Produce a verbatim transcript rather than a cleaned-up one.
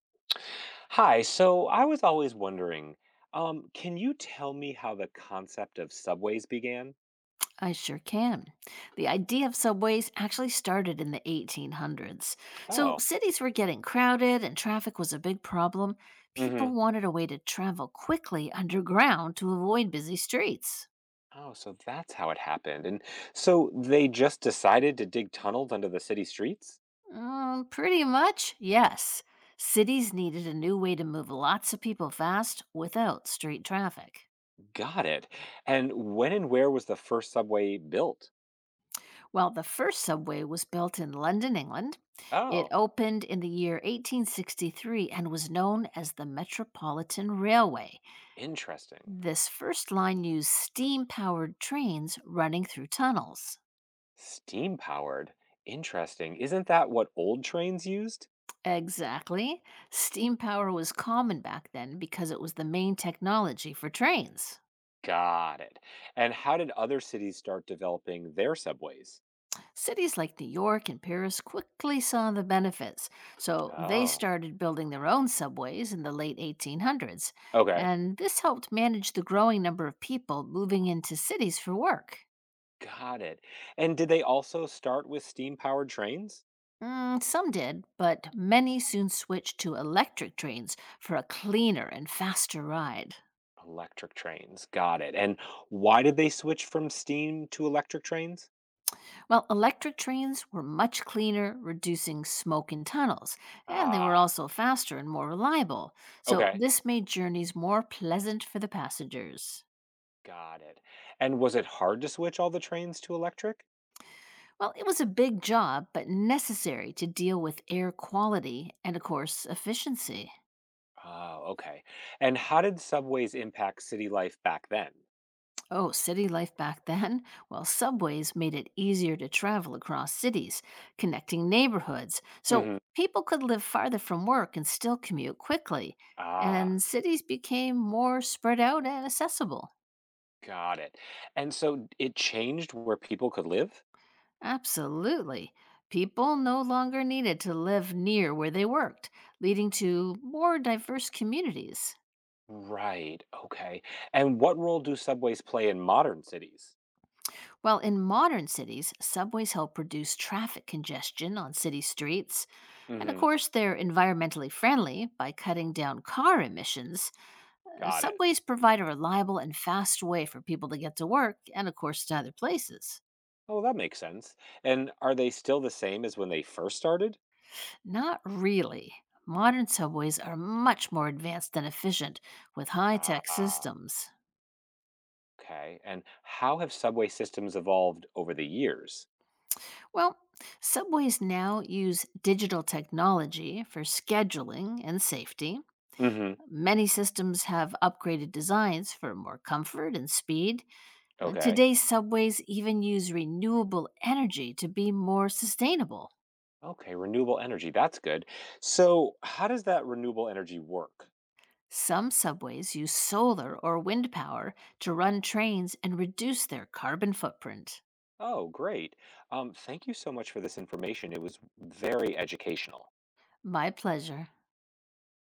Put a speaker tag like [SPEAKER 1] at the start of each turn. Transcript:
[SPEAKER 1] Hi, so I was always wondering, um, can you tell me how the concept of subways began?
[SPEAKER 2] I sure can. The idea of subways actually started in the eighteen hundreds. So
[SPEAKER 1] Oh,
[SPEAKER 2] cities were getting crowded and traffic was a big problem.
[SPEAKER 1] mm-hmm.
[SPEAKER 2] People wanted a way to travel quickly underground to avoid busy streets.
[SPEAKER 1] Oh, so that's how it happened. And so they just decided to dig tunnels under the city streets?
[SPEAKER 2] Mm, pretty much, yes. Cities needed a new way to move lots of people fast without street traffic.
[SPEAKER 1] Got it. And when and where was the first subway built?
[SPEAKER 2] Well, the first subway was built in London, England. It
[SPEAKER 1] Oh,
[SPEAKER 2] opened in the year eighteen sixty-three and was known as the Metropolitan Railway.
[SPEAKER 1] interesting.
[SPEAKER 2] This first line used steam powered trains running through tunnels.
[SPEAKER 1] Steam powered. Interesting. Isn't that what old trains used?
[SPEAKER 2] Exactly. Steam power was common back then because it was the main technology for trains.
[SPEAKER 1] Got it. And how did other cities start developing their subways?
[SPEAKER 2] Cities like New York and Paris quickly saw the benefits, so they
[SPEAKER 1] Oh,
[SPEAKER 2] started building their own subways in the late eighteen hundreds,
[SPEAKER 1] okay.
[SPEAKER 2] and this helped manage the growing number of people moving into cities for work.
[SPEAKER 1] Got it. And did they also start with steam-powered trains?
[SPEAKER 2] Mm, some did, but many soon switched to electric trains for a cleaner and faster ride.
[SPEAKER 1] Electric trains. Got it. And why did they switch from steam to electric trains?
[SPEAKER 2] Well, electric trains were much cleaner, reducing smoke in tunnels, and they were
[SPEAKER 1] Ah,
[SPEAKER 2] also faster and more reliable, so
[SPEAKER 1] okay.
[SPEAKER 2] this made journeys more pleasant for the passengers.
[SPEAKER 1] Got it. And was it hard to switch all the trains to electric?
[SPEAKER 2] Well, it was a big job, but necessary to deal with air quality and, of course, efficiency.
[SPEAKER 1] Oh, okay. And how did subways impact city life back then?
[SPEAKER 2] Oh, city life back then? Well, subways made it easier to travel across cities, connecting neighborhoods, so
[SPEAKER 1] Hmm.
[SPEAKER 2] people could live farther from work and still commute quickly. And
[SPEAKER 1] Ah,
[SPEAKER 2] cities became more spread out and accessible.
[SPEAKER 1] got it. And so it changed where people could live?
[SPEAKER 2] Absolutely. People no longer needed to live near where they worked, leading to more diverse communities.
[SPEAKER 1] Right. Okay. And what role do subways play in modern cities?
[SPEAKER 2] While in modern cities, subways help reduce traffic congestion on city streets, and of
[SPEAKER 1] Hmm.
[SPEAKER 2] course, they're environmentally friendly by cutting down car emissions. Uh,
[SPEAKER 1] Got it.
[SPEAKER 2] Subways provide a reliable and fast way for people to get to work and, of course, to other places.
[SPEAKER 1] Oh, that makes sense. And are they still the same as when they first started?
[SPEAKER 2] Not really. Modern subways are much more advanced and efficient with high tech
[SPEAKER 1] Ah,
[SPEAKER 2] systems.
[SPEAKER 1] okay. And how have subway systems evolved over the years?
[SPEAKER 2] Well, subways now use digital technology for scheduling and safety.
[SPEAKER 1] Hmm.
[SPEAKER 2] Many systems have upgraded designs for more comfort and speed. Uh,
[SPEAKER 1] Okay.
[SPEAKER 2] Today's subways even use renewable energy to be more sustainable.
[SPEAKER 1] Okay, renewable energy. That's good. So, how does that renewable energy work?
[SPEAKER 2] Some subways use solar or wind power to run trains and reduce their carbon footprint.
[SPEAKER 1] Oh, great. Um, thank you so much for this information. It was very educational.
[SPEAKER 2] My pleasure.